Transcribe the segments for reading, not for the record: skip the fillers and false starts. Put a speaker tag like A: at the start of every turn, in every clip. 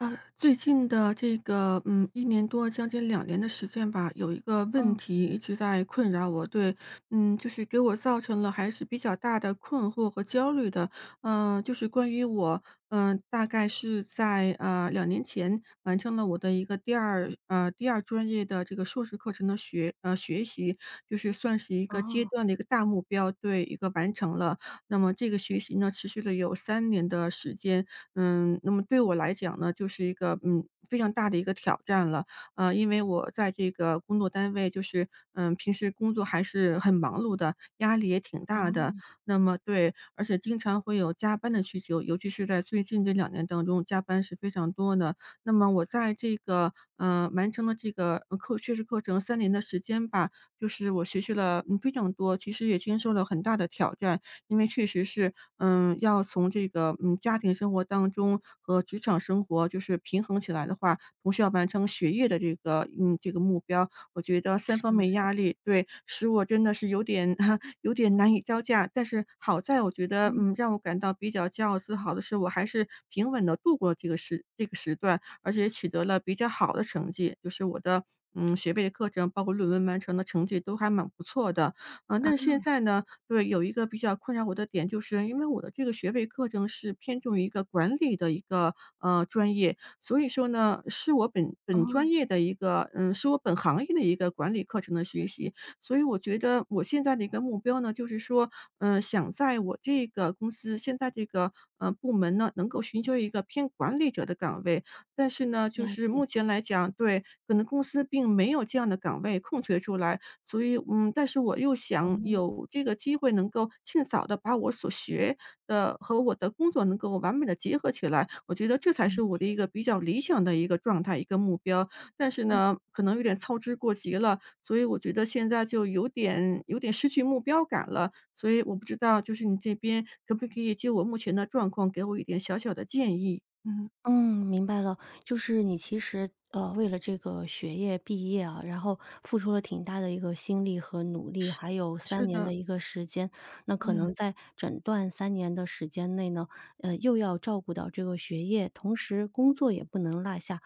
A: 最近的这个，一年多，将近两年的时间吧，有一个问
B: 嗯。
A: 题一直在困扰我，对，嗯，就是给我造成了还是比较大的困惑和焦虑的。嗯，就是关于我，嗯，大概是在，两年前完成了我的一个第二第二专业的这个硕士课程的学习，就是算是一个阶
B: 哦。
A: 段的一个大目标，对，一个完成了。那么这个学习呢，持续了有三年的时间，嗯，那么对我来讲呢，就是一个，嗯，非常大的一个挑战了。因为我在这个工作单位，就是，嗯，平时工作还是很忙碌的，压力也挺大的。
B: 啊。
A: 那么对，而且经常会有加班的需求，尤其是在最近这两年当中，加班是非常多的。那么我在这个，完成了这个，学士课程三年的时间吧，就是我学习了，嗯，非常多，其实也经受了很大的挑战。因为确实是，嗯，要从这个，嗯，家庭生活当中和职场生活就是平衡起来的话，同时要完成学业的这个，嗯，这个目标，我觉得三
B: 是
A: 方
B: 的。
A: 面压力，对，使我真的是有点 有点难以招架。但是好在我觉得，
B: 嗯。
A: 嗯，让我感到比较骄傲自豪的是，我还是平稳的度过这个时段，而且取得了比较好的成绩，就是我的。嗯，学位的课程包括论文完成的成绩都还蛮不错的，嗯、
B: 啊。
A: 但是现在呢，对，有一个比较困扰我的点，就是因为我的这个学位课程是偏重于一个管理的一个专业，所以说呢，是我本
B: 哦。
A: 本专业的一个，嗯，是我本行业的一个管理课程的学习。所以我觉得我现在的一个目标呢，就是说，嗯、想在我这个公司现在这个部门呢，能够寻求一个偏管理者的岗位。但是呢，就
B: 了
A: 是
B: 解。
A: 目前来讲，对，可能公司并没有这样的岗位空缺出来。所以，嗯，但是我又
B: 哦。
A: 想有这个机会能够尽早的把我所学的和我的工作能够完美的结合起来，我觉得这才是
B: 理
A: 我
B: 解。
A: 的一个比较理想的一个状态、一个目标。但是呢，可能有点操之过急了，所以我觉得现在就有点失去目标感了。所以我不知道就是你这边可不可以就我目前的状况给我一点小小的建议？嗯。
B: 嗯，明白了。就是你其实，为了这个学业毕业啊，然后付出了挺大的一个心力和努力，
A: 是
B: 还有三
A: 是
B: 年的
A: 的。
B: 一个时间。那可能
A: 嗯，
B: 在整段三年的时间内呢，又要照顾到这个学业，同时工作也不能落下。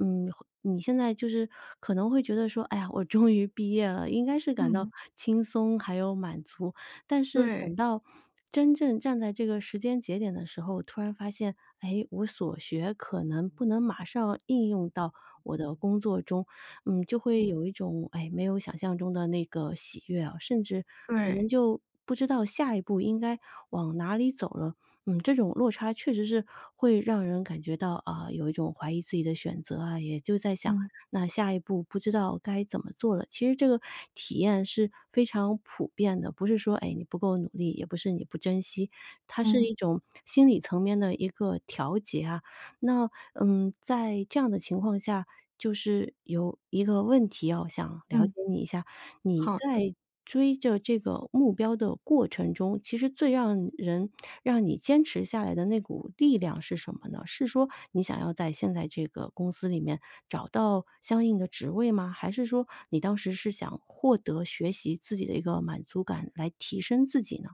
B: 嗯，你现在就是可能会觉得说，哎呀，我终于毕业了，应该是感到
A: 嗯，
B: 轻松还有满足。但是等
A: 对，
B: 到真正站在这个时间节点的时候，突然发现，哎，我所学可能不能马上应用到我的工作中，嗯，就会
A: 嗯。
B: 有一种哎没有想象中的那个喜悦啊，甚至可能
A: 对。
B: 就不知道下一步应该往哪里走了。嗯，这种落差确实是会让人感觉到啊、有一种怀疑自己的选择啊，也就在想，
A: 嗯，
B: 那下一步不知道该怎么做了。其实这个体验是非常普遍的，不是说哎你不够努力，也不是你不珍惜，它是
A: 嗯，
B: 一种心理层面的一个调节啊。那嗯，在这样的情况下，就是有一个问题想了解
A: 嗯。
B: 你一下。你
A: 好。
B: 在追着这个目标的过程中，其实最让人让你坚持下来的那股力量是什么呢？是说你想要在现在这个公司里面找到相应的职位吗？还是说你当时是想获得学习自己的一个满足感，来提升自己呢？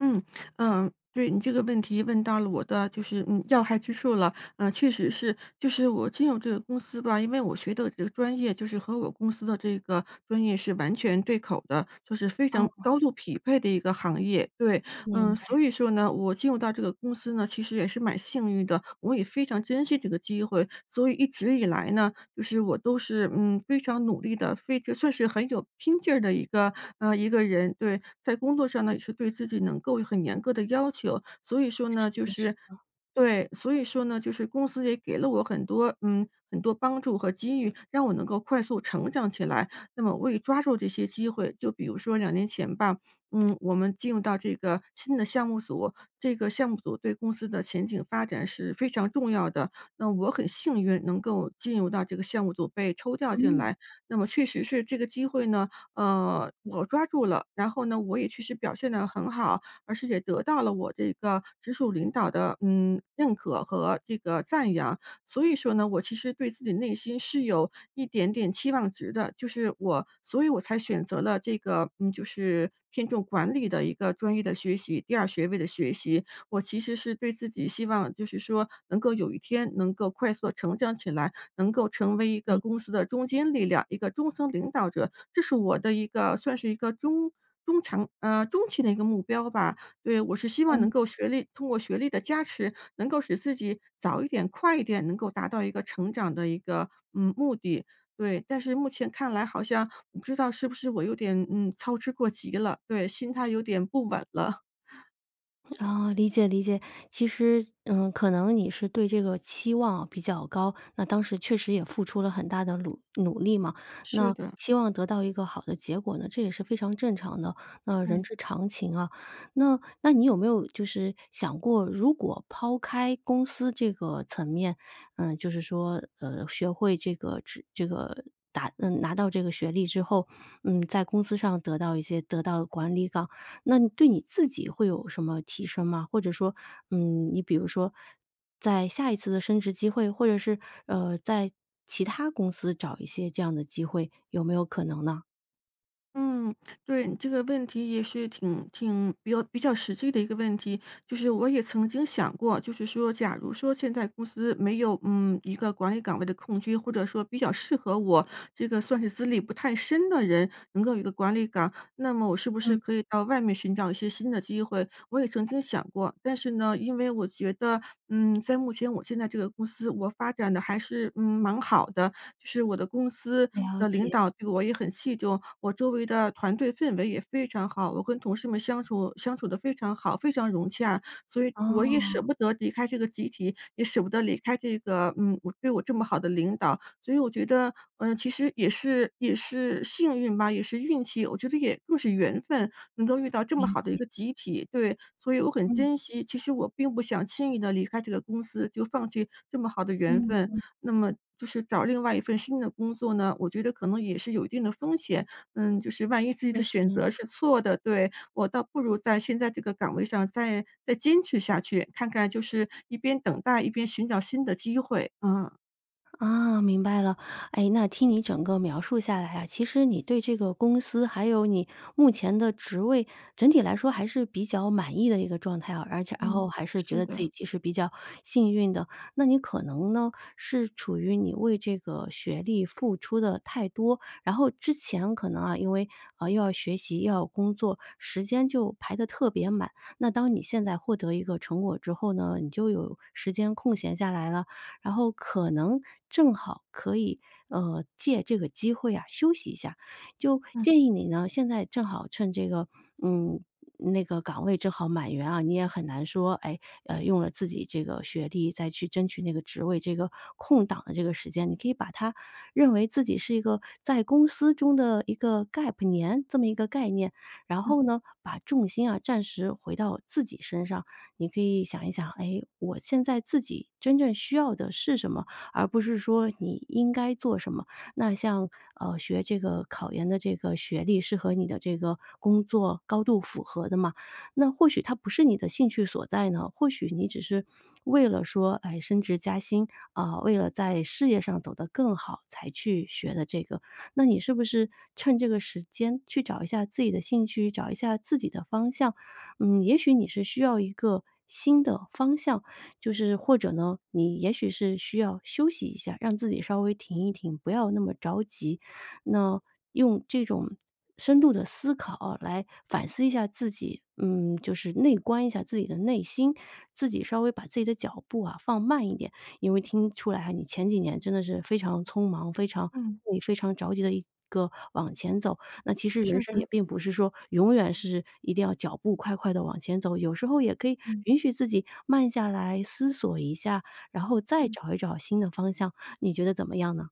A: 嗯，嗯，对，你这个问题问到了我的就是要害之处了。嗯，确实是，就是我进入这个公司吧，因为我学的这个专业就是和我公司的这个专业是完全对口的，就是非
B: 哦，
A: 常高度匹配的一个行业。对，
B: 明
A: 嗯，
B: 白。
A: 所以说呢，我进入到这个公司呢，其实也是蛮幸运的，我也非常珍惜这个机会，所以一直以来呢，就是我都是，嗯，非常努力的，非就算是很有拼劲儿的一个一个人，对。在工作上呢，也是对自己能够有很严格的要求，所以说呢，就是对，所以说呢，就是公司也给了我很多嗯，很多帮助和机遇，让我能够快速成长起来。那么为抓住这些机会，就比如说两年前吧，嗯，我们进入到这个新的项目组，这个项目组对公司的前景发展是非常重要的。那我很幸运能够进入到这个项目组被抽调进来，那么确实是这个机会呢，我抓住了，然后呢，我也确实表现得很好，而且也得到了我这个直属领导的，嗯，认可和这个赞扬。所以说呢，我其实对自己内心是有一点点期望值的，就是我所以才选择了这个，嗯，就是偏重管理的一个专业的学习，第二学位的学习，我其实是对自己希望，就是说能够有一天能够快速地成长起来，能够成为一个公司的中坚力量，一个中层领导者，这是我的一个算是一个中期的一个目标吧。对，我是希望能
B: 嗯。
A: 够通过学历的加持，能够使自己早一点、快一点能够达到一个成长的一个，嗯，目的。对，但是目前看来好像不知道是不是我有点，嗯，操之过急了，对，心态有点不稳了。
B: 啊，理解理解。其实，嗯，可能你是对这个期望比较高，那当时确实也付出了很大的努力嘛，那
A: 是的，
B: 期望得到一个好的结果呢，这也是非常正常的，那人
A: 嗯。
B: 之常情啊。那你有没有就是想过，如果抛开公司这个层面，嗯，就是说，学会这个知这个。达嗯，拿到这个学历之后，嗯，在公司上得到管理岗，那你对你自己会有什么提升吗？或者说，嗯，你比如说在下一次的升职机会，或者是，在其他公司找一些这样的机会，有没有可能呢？
A: 嗯，对，你这个问题也是挺比较实际的一个问题，就是我也曾经想过，就是说，假如说现在公司没有一个管理岗位的空缺，或者说比较适合我这个算是资历不太深的人，能够有一个管理岗。那么我是不是
B: 嗯，
A: 可以到外面寻找一些新的机会？我也曾经想过，但是呢，因为我觉得，嗯，在目前我现在这个公司，我发展的还是蛮好的，就是我的公司
B: 了
A: 的领
B: 解。
A: 导对我也很器重，我周围的团队氛围也非常好，我跟同事们相处的非常好，非常融洽，所以我也舍
B: 哦，
A: 不得离开这个集体，也舍不得离开这个我对我这么好的领导，所以我觉得，嗯，其实也是也是幸运吧，也是运气，我觉得也更是缘分，能够遇到这么
B: 理
A: 好的一
B: 解。
A: 个集体，对，所以我很
B: 嗯。
A: 珍惜。其实我并不想轻易的离开这个公司，就放弃这么好的缘
B: 嗯，
A: 分。那么就是找另外一份新的工作呢，我觉得可能也是有一定的风险，嗯，就是万一自己
B: 确
A: 的选
B: 实。
A: 择是错的，对，我倒不如在现在这个岗位上再坚持下去，看看就是一边等待，一边寻找新的机会，嗯。
B: 啊，明白了。哎，那听你整个描述下来啊，其实你对这个公司，还有你目前的职位，整体来说还是比较满意的一个状态啊，而且然
A: 嗯。
B: 后嗯还是觉
A: 是
B: 得自己
A: 的。
B: 其实比较幸运的。那你可能呢，是处于你为这个学历付出的太多，然后之前可能啊，因为啊、又要学习又要工作，时间就排得特别满。那当你现在获得一个成果之后呢，你就有时间空闲下来了。然后可能正好可以，借这个机会啊休息一下。就
A: 嗯
B: 建议你呢，现在正好趁这个，嗯，那个岗位正好满员啊，你也很难说，哎，用了自己这个学历再去争取那个职位，这个空档的这个时间，你可以把它认为自己是一个在公司中的一个 gap 年这么一个概念，然后呢，把重心啊暂时回到自己身上，你可以想一想，哎，我现在自己真正需要的是什么，而不是说你应该做什么。那像学这个考研的这个学历是和你的这个工作高度符合的嘛？那或许它不是你的兴趣所在呢，或许你只是为了说，哎，升职加薪啊、为了在事业上走得更好才去学的这个。那你是不是趁这个时间去找一下自己的兴趣，找一下自己的方向，嗯，也许你是需要一个新的方向，就是或者呢，你也许是需要休息一下，让自己稍微停一停，不要那么着急。那用这种深度的思考来反思一下自己，嗯，就是内观一下自己的内心，自己稍微把自己的脚步啊放慢一点，因为听出来啊，你前几年真的是非常匆忙，非常。
A: 嗯，
B: 你非常着急的一个往前走，那其实人
A: 是
B: 生也
A: 的，
B: 并不是说永远是一定要脚步快快的往前走，有时候也可以
A: 嗯
B: 允许自己慢下来思索一下，然后再
A: 嗯。
B: 找一找新的方向，你觉得怎么样呢？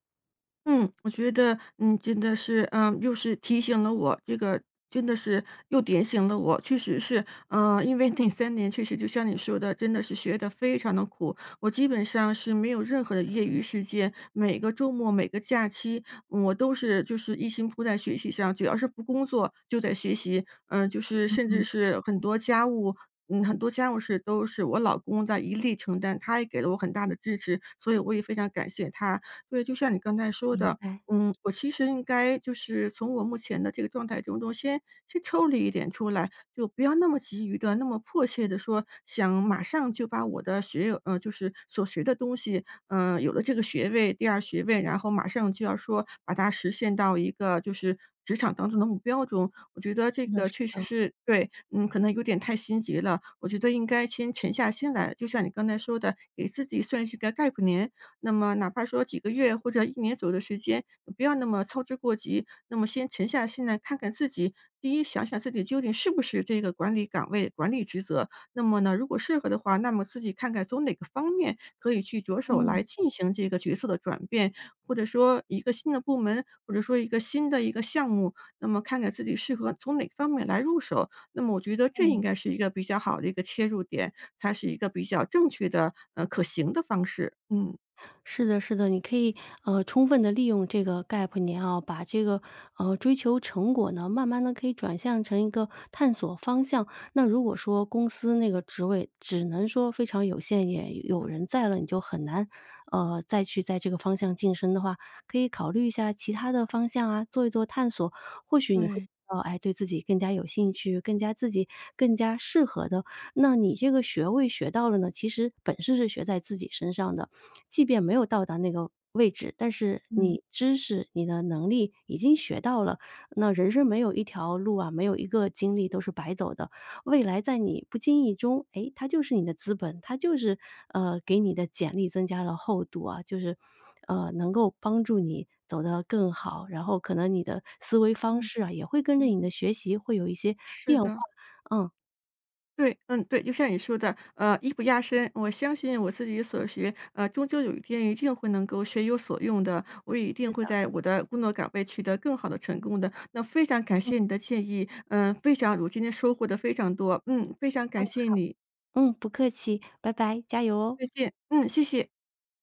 A: 嗯，我觉得嗯，真的是，嗯，又是提醒了我，这个真的是又点醒了我，确实是，嗯，因为那三年确实就像你说的，真的是学的非常的苦，我基本上是没有任何的业余时间，每个周末、每个假期，我都是就是一心扑在学习上，只要是不工作就在学习。嗯，就是甚至是很多家务嗯，很多家务事都是我老公在一力承担，他也给了我很大的支持，所以我也非常感谢他。对，就像你刚才说的，
B: 哎，
A: 嗯，我其实应该就是从我目前的这个状态中先抽离一点出来，就不要那么急于的、那么迫切的说想马上就把我的就是所学的东西，嗯，有了这个学位、第二学位，然后马上就要说把它实现到一个就是职场当中的目标中。我觉得这
B: 是的
A: 个
B: 是
A: 确实
B: 的。
A: 是对，嗯，可能有点太心急了，我觉得应该先沉下心来，就像你刚才说的，给自己算是一个 gap 年，那么哪怕说几个月或者一年左右的时间，不要那么操之过急。那么先沉下心来看看自己，第一想想自己究竟是不是这个管理岗位、管理职责。那么呢，如果适合的话，那么自己看看从哪个方面可以去着手来
B: 嗯。
A: 进行这个角色的转变，或者说一个新的部门，或者说一个新的一个项目，那么看看自己适合从哪方面来入手。那么我觉得这应该是一个比较好的一个切入点，才是一个比较正确的，可行的方式，嗯。
B: 是的，是的，你可以充分的利用这个 gap 年啊，把这个追求成果呢，慢慢的可以转向成一个探索方向。那如果说公司那个职位只能说非常有限，也有人在了，你就很难再去在这个方向晋升的话，可以考虑一下其他的方向啊，做一做探索，或许你会。
A: 对，
B: 哦，哎，对自己更加有兴趣，更加自己更加适合的，那你这个学位学到了呢，其实本事是学在自己身上的，即便没有到达那个位置，但是
A: 嗯
B: 你知识、你的能力已经学到了。那人生没有一条路啊，没有一个经历都是白走的。未来在你不经意中，哎，它就是你的资本，它就是，给你的简历增加了厚度啊，就是，能够帮助你走得更好，然后可能你的思维方
A: 嗯
B: 式啊，也会跟着
A: 嗯，
B: 你的学习会有一些
A: 是
B: 变化。
A: 的，
B: 嗯，
A: 对，嗯，对，就像你说的，艺不压身，我相信我自己所学，终究有一天一定会能够学有所用的，我也一
B: 是
A: 定会
B: 的。
A: 在我的工作岗位取得更好的成功的。那非常感
B: 嗯。
A: 谢你的建议，嗯、非常，我今天收获的非常多，嗯，非常
B: 嗯。
A: 感谢你，
B: 嗯，不客气，拜拜，加油哦。
A: 再见，嗯，谢谢。